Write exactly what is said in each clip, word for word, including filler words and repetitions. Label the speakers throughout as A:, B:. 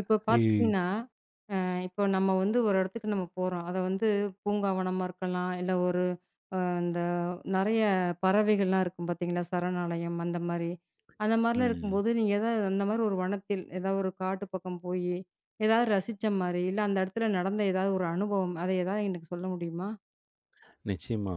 A: இப்போ
B: இ
A: பார்த்தீங்கன்னா, அ இப்போ நம்ம வந்து ஒரு இடத்துக்கு நம்ம போறோம். அத வந்து பூங்காவனமா இருக்கலாம், இல்ல ஒரு அ இந்த நெறைய பறவைகள்லாம் இருக்கும் பார்த்தீங்களா? சரணாலயம் அந்த மாரி. அந்த மாரிலாம்
B: ம்.
A: இருக்கும்போது, நீங்க ஏதாவது அந்த மாரி ஒரு வனத்தில், ஏதாவது ஒரு காட்டு பக்கம் போயி, ஏதாவது ரசிச்ச மாரி, இல்ல அந்த இடத்துல நடந்த ஏதாவது ஒரு அனுபவம், அத ஏதாவது எனக்கு சொல்ல முடியுமா?
B: நிச்சயமா.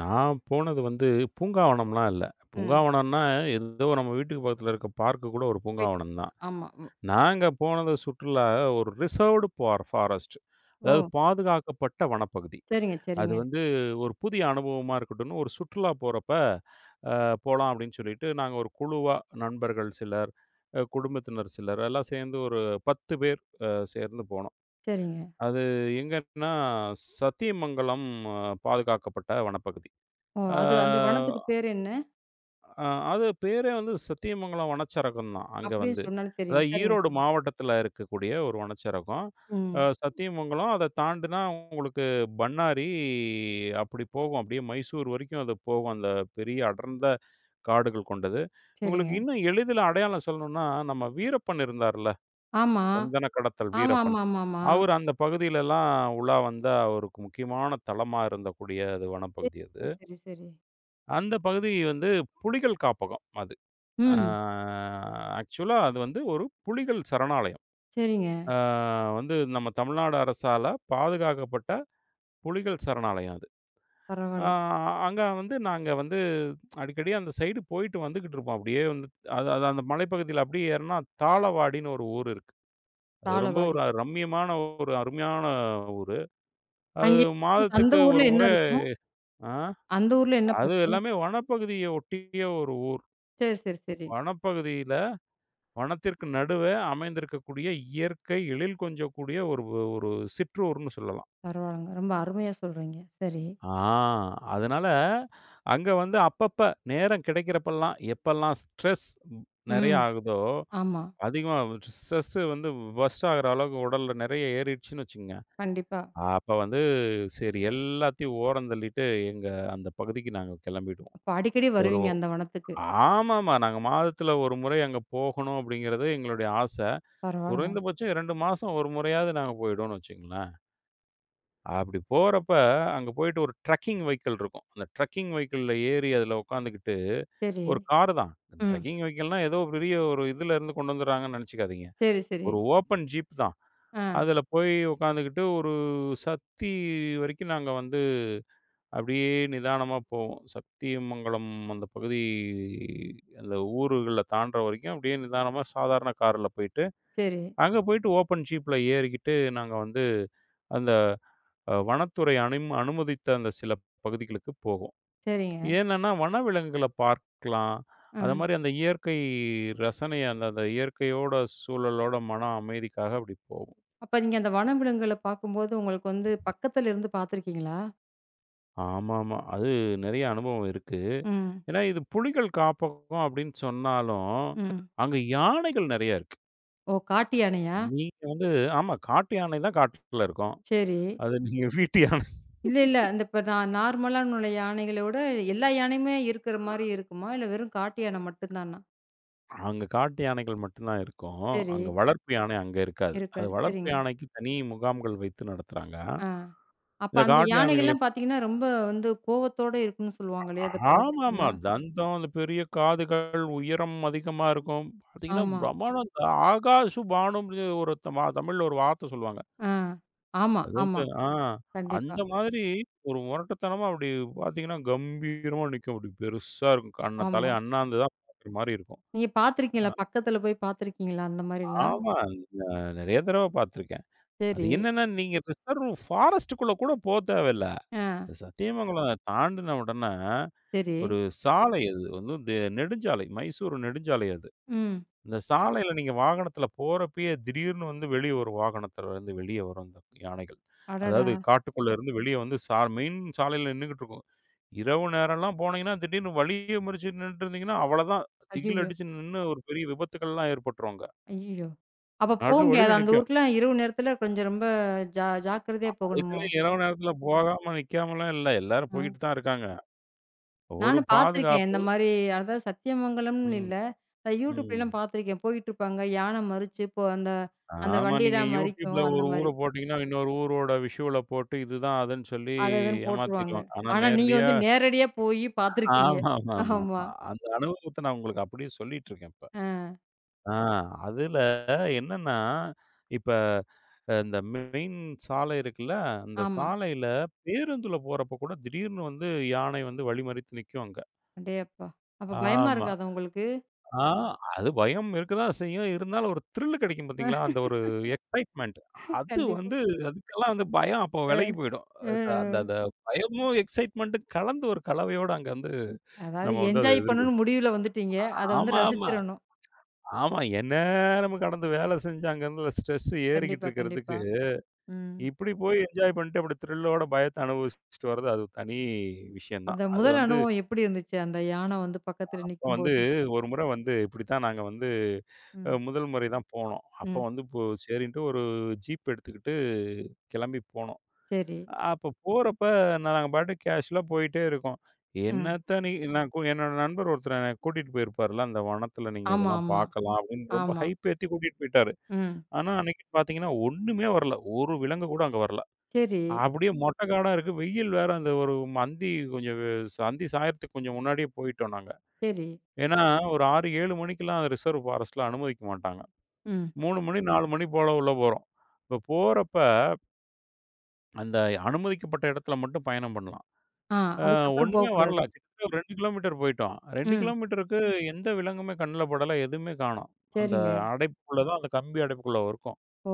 B: நான் போனது வந்து பூங்காவனம்லாம் இல்ல.
A: ம்.
B: பூங்காவனம்னா ஏதோ நம்ம வீட்டுக்கு பக்கத்துல இருக்க பார்க் கூட ஒரு
A: போய்
B: பூங்காவனம் தான்.
A: ஆமா. ம்.
B: நாங்க போனது சுற்றுலா ஒரு ரிசர்வ்டு பார் ஃபாரஸ்ட். அதாவது
A: ஓ!
B: பாதுகாக்கப்பட்ட வனப்பகுதி.
A: சரிங்க,
B: அது
A: சரிங்க,
B: வந்து ஒரு புதிய அனுபவமா இருக்கட்டும்னு ஒரு சுற்றுலா போறப்ப, அ போலாம் அப்படின்னு சொல்லிட்டு நாங்க ஒரு குழுவா நண்பர்கள் சிலர், அ குடும்பத்தினர் சிலர் எல்லாம் சேர்ந்து ஒரு பத்து பேர் அ சேர்ந்து போனோம்.
A: சரிங்க.
B: அது எங்கன்னா, சத்தியமங்கலம் அ பாதுகாக்கப்பட்ட வனப்பகுதி.
A: ஓ!
B: ஆ
A: அது அந்த வனத்துக்கு பேர் என்ன?
B: அ அது பேரே வந்து சத்தியமங்கலம் வனச்சரகம் தான், அங்க
A: அப்படின்னு
B: வந்து.
A: சொன்னாலும் தெரியும்.
B: அதாவது
A: சரிங்க,
B: ஈரோடு
A: சரிங்க.
B: மாவட்டத்தில இருக்கக்கூடிய ஒரு வனச்சரகம். அ
A: ம்.
B: சத்தியமங்கலம் அத தாண்டுனா உங்களுக்கு பண்ணாரி அப்படி போகும். அப்படியே மைசூர் வரைக்கும் அது போகும். அந்த பெரிய அடர்ந்த காடுகள் கொண்டது. உங்களுக்கு
A: சரிங்க.
B: இன்னும் எளிதில அடையாளம் சொல்லணும்னா, நம்ம வீரப்பன் இருந்தார்ல,
A: ஆமா.
B: சந்தன கடத்தல்
A: ஆமா,
B: வீரப்பன்.
A: ஆமா, ஆமா, ஆமா.
B: அவரு அந்த பகுதியிலலாம் உலா வந்தா, அவருக்கு முக்கியமான தளமா இருந்தக்கூடிய அது
A: சரி,
B: வனப்பகுதி அது.
A: சரி, சரி, சரி.
B: அந்த பகுதி வந்து புலிகள் காப்பகம் அது. ஆ
A: ம்.
B: ஆக்சுவலா அது வந்து ஒரு புலிகள் சரணாலயம்.
A: சரிங்க.
B: ஆ வந்து நம்ம தமிழ்நாடு அரசால பாதுகாக்கப்பட்ட புலிகள் சரணாலயம் அது. ஆ
A: பரவால்ல.
B: அங்க வந்து நாங்க வந்து அடிக்கடி அந்த சைடு போயிட்டு வந்துகிட்டு இருப்போம். அப்படியே வந்து அது அது அந்த மலைப்பகுதியில அப்படியே ஏறுனா தாளவாடின்னு ஒரு ஊர் இருக்கு. அது ரொம்ப
A: தாளவாடி.
B: ஒரு ரம்மியமான ஒரு அருமையான ஊரு. அது
A: அங்கே அந்த
B: மாதத்துக்கு ஒரு
A: ஊர்ல என்ன
B: முறை
A: இருக்கும்?
B: ஆ,
A: அந்த ஊர்ல என்ன
B: அது
A: பார்த்தீங்க?
B: எல்லாமே வனப்பகுதிய ஒட்டிய ஒரு ஊர்.
A: சரி, சரி, சரி.
B: வனப்பகுதியில வனத்திற்கு நடுவே அமைந்திருக்கக்கூடிய இயற்கை எழில் கொஞ்சக்கூடிய ஒரு ஒரு சிற்றூர்ன்னு சொல்லலாம்.
A: பரவால்லங்க. ரொம்ப அருமையா சொல்றீங்க. சரி.
B: ஆ, அதனால அங்க வந்து அப்பப்ப நேரம் கிடைக்கிறப்பல்லாம், எப்பல்லாம் ஸ்ட்ரெஸ் நெறைய
A: ம்.
B: ஆகுதோ,
A: ஆமா.
B: அதிகமா ஸ்ட்ரெஸ் வந்து பர்ஸ்ட் ஆகுற அளவுக்கு உடல்ல நெறைய ஏறிடுச்சுன்னு வச்சுக்கங்க.
A: கண்டிப்பா.
B: அப்ப வந்து சரி எல்லாத்தையும் ஓரம் தள்ளிட்டு எங்க அந்த பகுதிக்கு நாங்க கிளம்பிடுவோம்.
A: அப்ப அடிக்கடி
B: ஒரு
A: வருவீங்க அந்த வனத்துக்கு.
B: ஆமாமா. நாங்க மாதத்துல ஒரு முறை அங்க போகணும் அப்படிங்கிறது எங்களுடைய ஆச.
A: பரவால்லங்க.
B: குறைந்தபட்சம் இரண்டு மாசம் ஒரு முறையாவது நாங்க போயிடுவோம்னு வச்சுக்கங்களேன். அப்படி போறப்ப அங்க போயிட்டு ஒரு ட்ரக்கிங் வெஹிக்கிள் இருக்கும். அந்த ட்ரக்கிங் வெஹிக்கிள்ல ஏறி அதுல உட்காந்துக்கிட்டு
A: சரி.
B: ஒரு கார் தான்.
A: ம்.
B: ட்ரக்கிங் வெஹிக்கிள்னா ஏதோ பெரிய ஒரு இதுல இருந்து கொண்டு வந்துடுறாங்கன்னு நெனச்சுக்காதீங்க.
A: சரி, சரி.
B: ஒரு ஓப்பன் ஜீப் தான்.
A: ஆ.
B: அதுல போய் உட்காந்துக்கிட்டு ஒரு சத்தி வரைக்கும் நாங்க வந்து அப்படியே நிதானமா போகும். சத்தியமங்கலம் அந்த பகுதி அந்த ஊருகள தாண்டுற வரைக்கும் அப்படியே நிதானமா சாதாரண கார்ல போயிட்டு,
A: சரி.
B: அங்க போயிட்டு ஓப்பன் ஜீப்ல ஏறிக்கிட்டு நாங்க வந்து அந்த அ வனத்துறை அனும அனுமதித்த அந்த சில பகுதிகளுக்கு போவோம்.
A: சரிங்க.
B: ஏன்னன்னா, வனவிலங்குகள பார்க்கலாம். அது
A: ம்.
B: மாரி அந்த இயற்கை ரசனை அந்த அந்த இயற்கையோட சூழலோட மன அமைதிக்காக அப்படி போவோம்.
A: அப்ப நீங்க அந்த வனவிலங்குகள பார்க்கும்போது, உங்களுக்கு வந்து பக்கத்துல இருந்து பார்த்துருக்கீங்களா?
B: ஆமாமா. அது நெறைய அனுபவம் இருக்கு.
A: ம்.
B: ஏன்னா, இது புலிகள் காப்பகம் அப்படின்னு சொன்னாலும்,
A: ம்.
B: அங்க யானைகள் நெறைய இருக்கு.
A: ஓ! காட்டு யானையா?
B: நீங்க வந்து ஆமா, காட்டு யானை தான் காட்டுல இருக்கும்.
A: சரி.
B: அது நீங்க வீட்டு யானை
A: இல்ல, இல்ல. அந்த இப்ப நான் நார்மலான உள்ள யானைகளோட எல்லா யானையுமே இருக்கிற மாரி இருக்குமா? இல்ல வெறும் காட்டு யான மட்டும் தானா?
B: அங்க காட்டு யானைகள் மட்டும் தான் இருக்கும்.
A: சரி.
B: அங்க வளர்ப்பு யானை அங்க இருக்காது. அது
A: இருக்காது.
B: வளர்ப்பு
A: சரிங்க.
B: யானைக்கு தனி முகாம்கள் வைத்து நடத்துறாங்க.
A: ஆ. அப்ப
B: இந்த
A: அந்த
B: காட்டு யானைகள்
A: யானைகள்லாம் பார்த்தீங்கன்னா, ரொம்ப வந்து கோவத்தோட இருக்கும்ன்னு சொல்லுவாங்களே! அத
B: ஆமாமா.
A: பார்த்துச்சுன்னா?
B: தந்தம், அந்த பெரிய காதுகள், உயரம் அதிகமா இருக்கும். பார்த்தீங்கன்னா,
A: ஆமா.
B: பிரமாண்ட ஆகாசு பாணும்னு ஒரு தமா தமிழ்ல ஒரு வார்த்தை சொல்லுவாங்க.
A: ஆ. ஆமா,
B: அதாவது
A: ஆமா.
B: ஆ
A: கண்டிப்பா.
B: அந்த மாதிரி ஒரு முரட்டுத்தனமா அப்படி பார்த்தீங்கன்னா, கம்பீரமா நிக்கும். அப்படி பெருசா இருக்கும். கண்ண
A: ஆமா.
B: தலைய அண்ணாந்து தான் பார்க்குற மாரி இருக்கும்.
A: நீங்க
B: அ
A: பார்த்துருக்கீங்களா? பக்கத்துல போய் பார்த்துருக்கீங்களா? அந்த மாரிலாம்?
B: ஆமா. நான் நெறைய தடவ பார்த்துருக்கேன். அது
A: சரி.
B: என்னன்னா, நீங்க ரிசர்வ் ஃபாரஸ்ட்டுக்குள்ள கூட போ தேவையில்ல.
A: ஆ.
B: சத்தியமங்கலம் தாண்டுன உடனே
A: சரி.
B: ஒரு சாலை அது வந்து தெ நெடுஞ்சாலை, மைசூர் நெடுஞ்சாலை அது.
A: ம்.
B: இந்த சாலையில நீங்க வாகனத்துல போறப்பயே திடீர்னு வந்து வெளிய ஒரு வாகனத்துல இருந்து வெளிய வரும் இந்த யானைகள்.
A: அடடா!
B: அதாவது காட்டுக்குள்ள இருந்து வெளிய வந்து சா மெயின் சாலையில நின்னுகிட்டு இருக்கும். இரவு நேரம்லாம் போனீங்கன்னா, திடீர்னு வழிய மறிச்சு நின்னுட்டு இருந்தீங்கன்னா, அவ்வளதான். திகில்
A: ஐயய்யோ!
B: அடிச்சு நின்னு ஒரு பெரிய விபத்துக்கள்லாம் ஏற்பட்டுரும் அங்க.
A: ஐயய்யோ! அப்ப போ
B: நடு
A: முடியாது.
B: வழியில
A: அந்த
B: நிக்கும்.
A: ஊருக்குலாம் இரவு நேரத்துல கொஞ்சம் ரொம்ப ஜா ஜாக்கிரதையா போகணுமோ?
B: அதுக்குன்னு இரவு நேரத்துல போகாம, நிக்காமலாம் இல்ல. எல்லாரும்
A: ஆ.
B: போயிட்டு தான் இருக்காங்க. ஒரு
A: நானும் பார்த்துருக்கேன்.
B: பாதுகாப்பு
A: இந்த மாரி அதாவது சத்தியமங்கலம்னு
B: ம்,
A: இல்ல. நான்
B: ம்.
A: யூடியூப்லலாம் பார்த்துருக்கேன். போயிட்டுருப்பாங்க. யானை மறிச்சு இப்போ அந்த அந்த
B: ஆமா. நீங்க
A: வண்டியெல்லாம்
B: YouTubeல
A: மறிக்கும். அந்த
B: ஒரு ஊர
A: மாரி.
B: போட்டீங்கன்னா, இன்னொரு ஊரோட விஷுவல போட்டு இதுதான் அதுன்னு சொல்லி
A: அது அதுன்னு போட்டுருவாங்க.
B: ஏமாத்திருவாங்க. ஆனா
A: ஆனா நீங்க
B: நேரடியா
A: வந்து நேரடியா போயி பார்த்துருக்கீங்க. ஆமா.
B: ஆமாமாமாமா. அந்த அனுபவத்த நான் உங்களுக்கு அப்படியே சொல்லிட்டு இருக்கேன் இப்ப.
A: அ
B: ஆ அதுல என்னன்னா, இப்ப அஹ், இந்த மெயின் சாலை இருக்குல்ல, அந்த
A: ஆமா.
B: சாலையில பேருந்துல போறப்ப கூட திடீர்னு வந்து யானை வந்து வழிமறித்து நிக்கும் அங்க.
A: அடேயப்பா! அப்ப பயமா
B: ஆமா.
A: இருக்காதா உங்களுக்கு?
B: ஆ, அது பயம் இருக்க தான் செய்யும். இருந்தாலும் ஒரு த்ரில் கிடைக்கும் பார்த்தீங்களா? அந்த ஒரு எக்ஸைட்மென்ட். அது
A: கண்டிப்பா.
B: வந்து அதுக்கெல்லாம் வந்து பயம் அப்போ
A: அ,
B: விலகி போயிடும்.
A: அ, அ.
B: அது அந்த அந்த பயமும், எக்ஸைட்மென்ட்டும் கலந்து ஒரு கலவையோட அங்க வந்து
A: அதாவது
B: நம்ம வந்து அத
A: என்ஜாய்
B: எதிர்கொள்ளும்.
A: பண்ணணும்னு முடிவுல வந்துட்டீங்க. அத வந்து
B: ஆமாமா. ஆமா.
A: ரசிச்சிரணும்.
B: ஆமா எந்நேரமும் கடந்து வேலை செஞ்சு அங்க இருந்த ஸ்ட்ரெஸ் ஏறிக்கிட்டு
A: கண்டிப்பா,
B: இருக்கிறதுக்கு,
A: கண்டிப்பா. ம்.
B: இப்படி போய் என்ஜாய் பண்ணிட்டு அப்படி த்ரில்லோட பயத்த அனுபவிச்சுட்டு வர்றது அது தனி விஷயம் தான்.
A: அந்த
B: அது
A: முதல்
B: வந்து
A: அனுபவம் எப்படி இருந்துச்சு? அந்த யானை வந்து பக்கத்துல
B: அப்ப வந்து
A: நிக்கும்போது?
B: ஒரு முறை வந்து இப்படித்தான் நாங்க வந்து அ
A: ம்,
B: முதல் முறை தான் போனோம். அப்ப
A: ம்.
B: வந்து இப்போ சரின்ட்டு ஒரு ஜீப் எடுத்துக்கிட்டு கிளம்பி போனோம்.
A: சரி.
B: அப்ப போறப்ப நாங்க பாட்டுக்கு கேஷுவலா போயிட்டே இருக்கோம்.
A: ம்.
B: என்னத்த நீ நான் கு என்னோட நண்பர் ஒருத்தர் என்ன கூட்டிட்டு போயிருப்பார்ல, அந்த வனத்தில நீங்க
A: ஆமா,
B: இதெல்லாம்
A: ஆமா,
B: பார்க்கலாம் அப்படின்னு ரொம்ப
A: ஆமா.
B: ஹைப் ஏத்தி கூட்டிட்டு போயிட்டாரு.
A: ம்.
B: ஆனா அன்னைக்கு பார்த்தீங்கன்னா, ஒண்ணுமே வரல. ஒரு விலங்கு கூட அங்க வரல.
A: சரி,
B: அப்படியே மொட்டை காடா இருக்கு. வெயில் வேற அந்த ஒரு மந்தி கொஞ்சம் வெ சந்தி சாயறதுக்கு கொஞ்சம் முன்னாடியே போயிட்டோம் நாங்க.
A: சரி.
B: ஏன்னா, ஒரு ஆறு, ஏழு மணிக்கெல்லாம் அந்த ரிசர்வ் ஃபாரஸ்ட்ல அனுமதிக்க மாட்டாங்க.
A: ம்.
B: மூணு மணி, நாலு மணி போல உள்ள போறோம். இப்ப போறப்ப அந்த அனுமதிக்கப்பட்ட இடத்துல மட்டும் பயணம் பண்ணலாம்.
A: ஆ
B: அ
A: அதுக்கப்புறம்
B: ஒண்ணுமே வரல.
A: போக்கூடாது.
B: கிட்டத்தட்ட ஒரு ரெண்டு கிலோமீட்டர் போயிட்டோம். ரெண்டு
A: ம்.
B: கிலோமீட்டருக்கு எந்த விலங்குமே கண்ல படல. எதுவுமே காணோம். அந்த
A: சரிங்க.
B: அடைப்புக்குள்ள தான் அந்த கம்பி அடைப்புக்குள்ள இருக்கும்.
A: ஓ!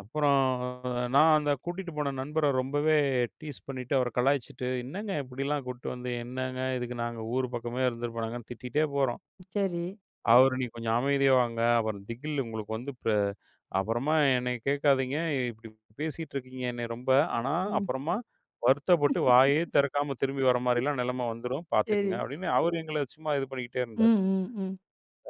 B: அப்புறம் நான் அந்த கூட்டிட்டு போன நண்பர ரொம்பவே டீஸ் பண்ணிட்டு, அவர கலாய்ச்சுட்டு, "என்னங்க இப்படிலாம் கூட்டு வந்து, என்னங்க இதுக்கு நாங்க ஊர் பக்கமே இருந்திருப்போம் நாங்கன்னு" திட்டிட்டே போறோம்.
A: சரி.
B: அவரு "நீ கொஞ்சம் அமைதியா வாங்க. அப்புறம் திகில் உங்களுக்கு வந்து ப அப்புறமா என்னைய கேட்காதீங்க. இப்படி பேசிட்டு இருக்கீங்க என்னைய ரொம்ப. ஆனா
A: ம்.
B: அப்புறமா வருத்தப்பட்டு வாயே திறக்காம திரும்பி வர மாரிலாம் நிலைமை வந்துரும்.
A: சரி.
B: பார்த்துக்கங்க." அப்படின்னு அவரு எங்கள சும்மா இது பண்ணிக்கிட்டே
A: ம்,
B: இருந்தாரு.
A: ம், ம்.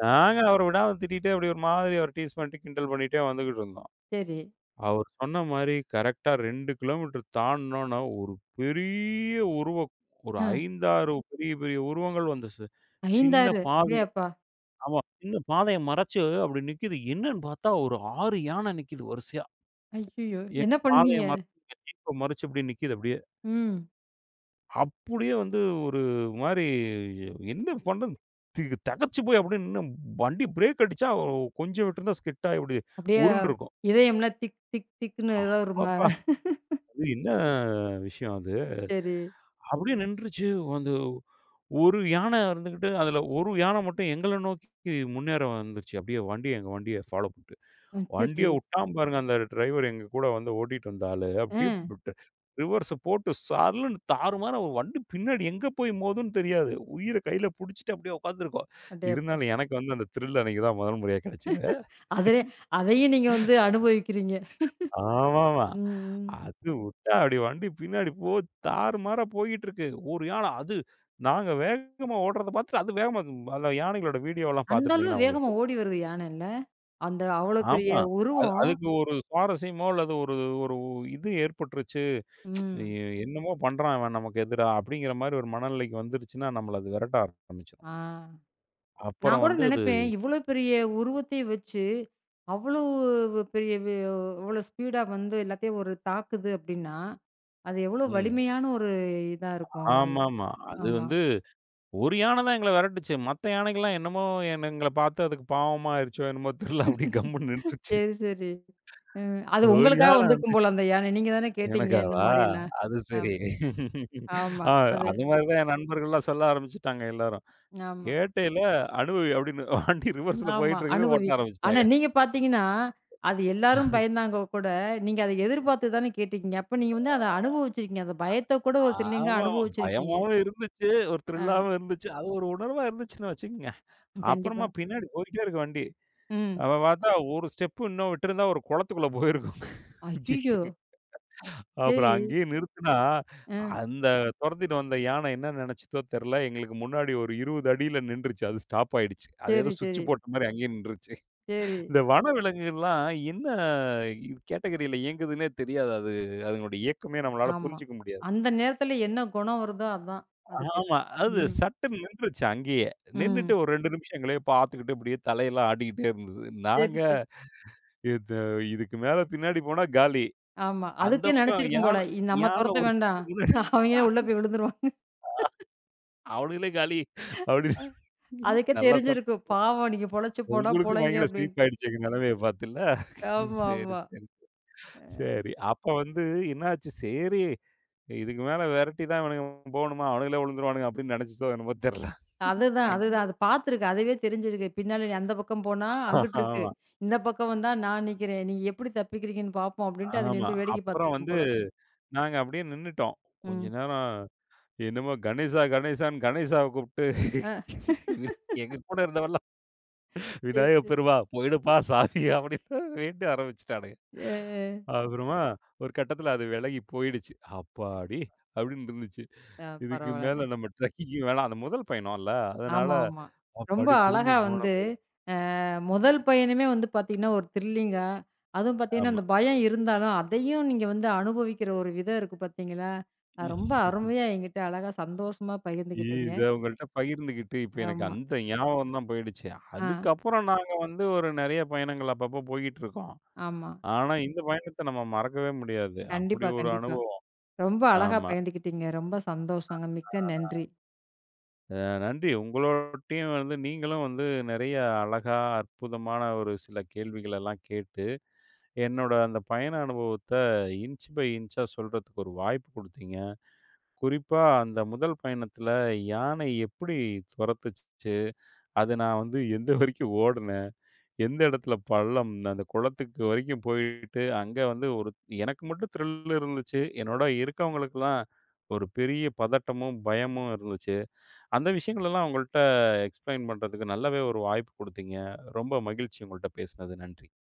B: நாங்க அவர விடாம திட்டிட்டே அப்படி ஒரு மாதிரி அவர டீஸ் பண்ணிட்டு, கிண்டல் பண்ணிட்டே வந்துகிட்டு இருந்தோம்.
A: சரி.
B: அவர் சொன்ன மாரி கரெக்ட்டா ரெண்டு கிலோமீட்டர் தாண்டுனோன ஒரு பெரிய உருவம். ஒரு
A: ஆ
B: ஐந்து, ஆறு பெரிய பெரிய உருவங்கள் வந்து சி
A: ஐந்து,
B: சின்ன
A: ஆறு அப்படியே
B: பாதை
A: அப்பா!
B: ஆமா. சின்ன பாதைய மறைச்சு அப்படி நிக்குது. என்னன்னு பார்த்தா ஒரு ஆறு யான நிக்குது வரிசையா.
A: ஐய்யயோ!
B: என்
A: என்ன
B: பாதைய
A: பண்ணீங்க?
B: மறைச்சு எங்க ஜீப்ப மறைச்சு இப்படி நிக்குது அப்படியே.
A: ம்.
B: அப்படியே வந்து ஒரு மாரி என்ன பண்றது? திகு தெகச்சு போய் அப்படியே நின்னு வண்டி பிரேக் அடிச்சா கொஞ்சம் விட்டுருந்தா ஸ்கிட்டாயி அப்படி
A: அப்படியே
B: உருண்டுருக்கும்.
A: இதயம்லாம் திக் திக் திக்ன்னு ஏதோ ஒரு ம
B: அப்பப்பா! அது என்ன விஷயம் அது.
A: சரி,
B: அப்படியே நின்றுச்சு. அந்த ஒரு யான இருந்துகிட்டு, அதுல ஒரு யான மட்டும் எங்கள நோக்கி முன்னேற வந்துருச்சு. அப்படியே வண்டிய எங்க வண்டிய ஃபாலோ பண்ணிட்டு.
A: ம்,
B: வண்டிய
A: சரி.
B: விட்டான் பாருங்க அந்த டிரைவர் எங்க கூட வந்து ஓட்டிட்டு வந்த ஆளு.
A: ஆ
B: அப்படியே ட் ரிவர்ஸ் போட்டு சர்லுன்னு தாறுமாறா ஒரு வண்டி பின்னாடி எங்க போய் மோதும்ன்னு தெரியாது. உயிர கையில புடிச்சுட்டு அப்படியே உட்காந்துருக்கோம்.
A: அடேயப்பா!
B: இருந்தாலும் எனக்கு வந்து அந்த த்ரில் அன்னைக்கு தான் முதல் முறையா கிடைச்சது.
A: அதுலே அதையும் நீங்க வந்து அனுபவிக்கிறீங்க.
B: ஆமாமா.
A: ம், ம்.
B: அது விட்டா அப்படி வண்டி பின்னாடி போ தாறுமாறா போயிட்டு இருக்கு. ஒரு யானை அது நாங்க வேகமா ஓடுறத பார்த்துட்டு அது வேகமா அந்த யானைகளோட வீடியோலாம்
A: அந்த அளவு
B: பார்த்துருந்தீங்கன்னா உங்களுக்கு
A: வேகமா
B: தெரியும்.
A: ஓடி வருது யானை இல்ல? அந்த அவ்வளோ பெரிய
B: ஆமா. அது
A: உருவம்.
B: அதுக்கு ஒரு சுவாரஸ்யமோ அல்லது ஒரு ஒரு இது ஏற்பட்டுருச்சு. எ
A: ம்.
B: என்னமோ பண்றான் இவன் நமக்கு எதிரா அப்படிங்கிற மாரி ஒரு மனநிலைக்கு வந்துருச்சுன்னா, நம்மள அது விரட்ட ஆரம்பிச்சுரும்.
A: ஆ. நான்
B: அப்புறம்
A: கூட
B: வந்து அது
A: நினைப்பேன், இவ்வளோ பெரிய உருவத்தை வச்சு, அவ்வளோ பெரிய வே இவ்வளோ ஸ்பீடா வந்து எல்லாத்தையும் ஒரு தாக்குது அப்படின்னா, அது எவ்வளோ
B: ம்.
A: வலிமையான ஒரு இதா இருக்கும்.
B: ஆமாமா. அது
A: ஆமா.
B: வந்து ஒரு யான தான் எங்கள விரட்டுச்சு. மத்த யானைகள்லாம் என்னமோ என்ன எங்கள பார்த்து அதுக்கு பாவமா ஆயிருச்சோ என்னமோ தெர்ல. அப்படியே கம்முன்னு நின்றுச்சு.
A: சரி, சரி. ம். அது
B: ஒரு
A: உங்களுக்காக
B: யான வந்து
A: வந்திருக்கும் போல அந்த யானை. நீங்க தானே கேட்டீங்க இந்த
B: எனக்காவா?
A: மாரிலாம்.
B: அது
A: ஆம்.
B: சரி.
A: ஆமா.
B: ஆ
A: அது
B: அது மாரி தான் என் நண்பர்கள்லாம் சொல்ல ஆரம்பிச்சுட்டாங்க எல்லாரும்.
A: ஆமா,
B: "கேட்டையில அனுபவி" அப்படின்னு வண்டி ரிவர்ஸ்ல
A: ஆமா.
B: போயிட்டு இருக்கவே
A: அனுபவி.
B: ஓட்ட
A: ஆனா
B: ஆரம்பிச்சுட்டாங்க.
A: நீங்க பார்த்தீங்கன்னா, அது எல்லாரும் பயந்தாங்க கூட, நீங்க அத எதிர்பார்த்து தானே கேட்டீங்க. அப்ப நீங்க வந்து அத அனுபவிச்சிருக்கீங்க. அந்த பயத்த கூட ஒரு த்ரில்லிங்கா
B: ஆமாமா.
A: அனுபவிச்சிருக்கீங்க.
B: பயமாவும் இருந்துச்சு. ஒரு த்ரில்லாவும் இருந்துச்சு. அது ஒரு உணர்வா இருந்துச்சுன்னு வச்சுக்கங்க. அப்புறமா
A: கண்டிப்பா.
B: பின்னாடி போயிட்டே இருக்கு வண்டி.
A: ம்.
B: அவ பார்த்தா ஒரு ஸ்டெப்பு இன்னும் விட்டிருந்தா ஒரு குளத்துக்குள்ள போயிருக்கும்.
A: ஐய்யயோ!
B: ஜீப்பு.
A: சரி.
B: அப்புறம் அங்கேயே நிறுத்துனா,
A: அ.
B: அந்த துரத்திட்டு வந்த யானை என்ன நினைச்சுதோ தெரியல. எங்களுக்கு முன்னாடி ஒரு இருபது அடியில நின்றுச்சு. அது ஸ்டாப் ஆயிடுச்சு. அது ஏதோ
A: சரி, சரி,
B: சுவிட்ச் போட்ட மாரி அங்கேயே நின்றுச்சு.
A: சரி.
B: இந்த வனவிலங்குகள்லாம் என்ன கேட்டகரியில இயங்குதுன்னே தெரியாது. அது அதனுடைய இயக்கமே நம்மளால
A: ஆமா.
B: புரிஞ்சுக்க முடியாது.
A: அந்த நேரத்துல என்ன குணம் வருதோ அதான் அதுக்கு.
B: ஆமா. அது
A: ம்,
B: சட்டுன்னு நின்றுச்சு அங்கேயே. நின்னுட்டு
A: ம்.
B: ஒரு ரெண்டு நிமிஷம் எங்களையே பார்த்துக்கிட்டு இப்படியே தலையெல்லாம் ஆட்டிக்கிட்டே இருந்தது. நாங்க
A: சரி, சரி.
B: இது இதுக்கு மேல பின்னாடி போனா காலி.
A: ஆமா.
B: அந்த
A: அதுக்கே
B: பக்கம்
A: நினைச்சிருக்கும்
B: யான
A: போல. இ நம்ம
B: யான
A: தொரத்த
B: ஒரு
A: வேண்டாம்.
B: ஸ்டெப் முன்னாடி "ஆ,
A: அவங்களே உள்ள போய் விழுந்துருவாங்க.
B: அவனுங்களே காலி அப்படின்னு
A: அதுக்கே
B: நல்லா சொன்
A: தெரிஞ்சிருக்கும். பாவம் நீங்க பொழைச்சு போனா
B: உங்களுக்கும்
A: பொழைங்க
B: பயங்கர
A: அப்டின்ட்டு.
B: சிரிப்பாயிடுச்சு எங்க நிலைமைய பார்த்து இல்ல.
A: ஆமா,
B: சரி,
A: ஆமா.
B: சரி. சரி. அப்ப வந்து என்னாச்சு, சரி இதுக்கு மேல விரட்டி தான் இவனுங்க போகணுமா, அவனுங்களே விழுந்துருவானுங்க அப்படின்னு நினைச்சுச்சோ என்னமோ தெரியல.
A: அதுதான்,
B: அங்கேயும்
A: அதுதான். அது பார்த்துருக்கு. அதுவே தெரிஞ்சிருக்கு. பின்னால அந்த பக்கம் போனா அங்குட்டு இருக்கு.
B: ஆமா.
A: இந்த பக்கம் வந்தா நான் நிக்கிறேன். நீங்க எப்படி தப்பிக்கிறீங்கன்னு பார்ப்போம் அப்டின்ட்டு அது
B: ஆமா.
A: நின்று வேடிக்கை
B: அப்புறம்
A: பார்த்துருக்கும்
B: வந்து
A: போல.
B: நாங்க அப்படியே நின்னுட்டோம். கொஞ்ச
A: ம்.
B: நேரம் என்னமோ கணேசா, கணேசான்னு கணேசாவ கூப்பிட்டு
A: அ.
B: வி- எங்க கூட இருந்தவன்லாம் விநாயக
A: சரி.
B: பெருமா போயிடுப்பா சாமி அப்படின்னு வேண்ட ஆரம்பிச்சுட்டானுங்க.
A: அ,
B: அப்புறமா ஒரு கட்டத்தில அது விலகி போயிடுச்சு. அப்பாடி! அப்படின்னு இருந்துச்சு.
A: அ
B: இதுக்கு
A: பரவால்லங்க.
B: மேல நம்ம ட்ரெக்கிங் வேணாம். அந்த முதல் பயணம்ல. அதனால
A: ஆமா, ஆமா. ரொம்ப
B: அப்பாடி திரும்பி
A: அழகா வந்து
B: போனப்ப
A: அ முதல் பயணமே வந்து பார்த்தீங்கன்னா, ஒரு த்ரில்லிங்கா, அதுவும் பார்த்தீங்கன்னா,
B: ஆமா.
A: அந்த பயம் இருந்தாலும், அதையும் நீங்க வந்து அனுபவிக்கிற ஒரு விதம் இருக்கு பார்த்தீங்களா? அது ரொம்ப அருமையா என்கிட்ட அழகா சந்தோஷமா பகிர்ந்துக்கிட்டீங்க.
B: இத உங்கள்ட்ட பகிர்ந்துகிட்டு, இப்ப எனக்கு
A: ஆமா.
B: அந்த ஞாபகம் தான் போயிடுச்சு.
A: ஆ,
B: அதுக்கப்புறம் நாங்க வந்து ஒரு நெறைய பயணங்கள் அப்பப்போ போயிட்டுருக்கோம்.
A: ஆமா.
B: ஆனா, இந்த பயணத்த நம்ம மறக்கவே முடியாது. அப்படி
A: கண்டிப்பா,
B: ஒரு
A: கண்டிப்பா.
B: அனுபவம்.
A: ரொம்ப அழகா
B: ஆமா.
A: பகிர்ந்துக்கிட்டீங்க. ரொம்ப சந்தோஷங்க. மிக்க நன்றி.
B: அ நன்றி. உங்களோட்டயும் வந்து நீங்களும் வந்து நெறைய அழகா, அற்புதமான ஒரு சில கேள்விகளெல்லாம் கேட்டு, என்னோட அந்த பயண அனுபவத்த இன்ச் பை இன்ச்சா சொல்றதுக்கு ஒரு வாய்ப்பு குடுத்தீங்க. குறிப்பா அந்த முதல் பயணத்துல யானை எப்படி தொரத்துச்சு, அது நான் வந்து எந்த வரைக்கும் ஓடுனேன். எந்த இடத்துல பள்ளம், அந்த குளத்துக்கு வரைக்கும் போயிட்டு, அங்க வந்து ஒரு எனக்கு மட்டும் த்ரில் இருந்துச்சு. என்னோட இருக்கவங்களுக்கெல்லாம் ஒரு பெரிய பதட்டமும், பயமும் இருந்துச்சு. அந்த விஷயங்களெல்லாம் உங்கள்ட்ட எக்ஸ்பிளைன் பண்றதுக்கு நல்லாவே ஒரு வாய்ப்பு குடுத்தீங்க. ரொம்ப மகிழ்ச்சி உங்கள்ட்ட பேசினது. நன்றி.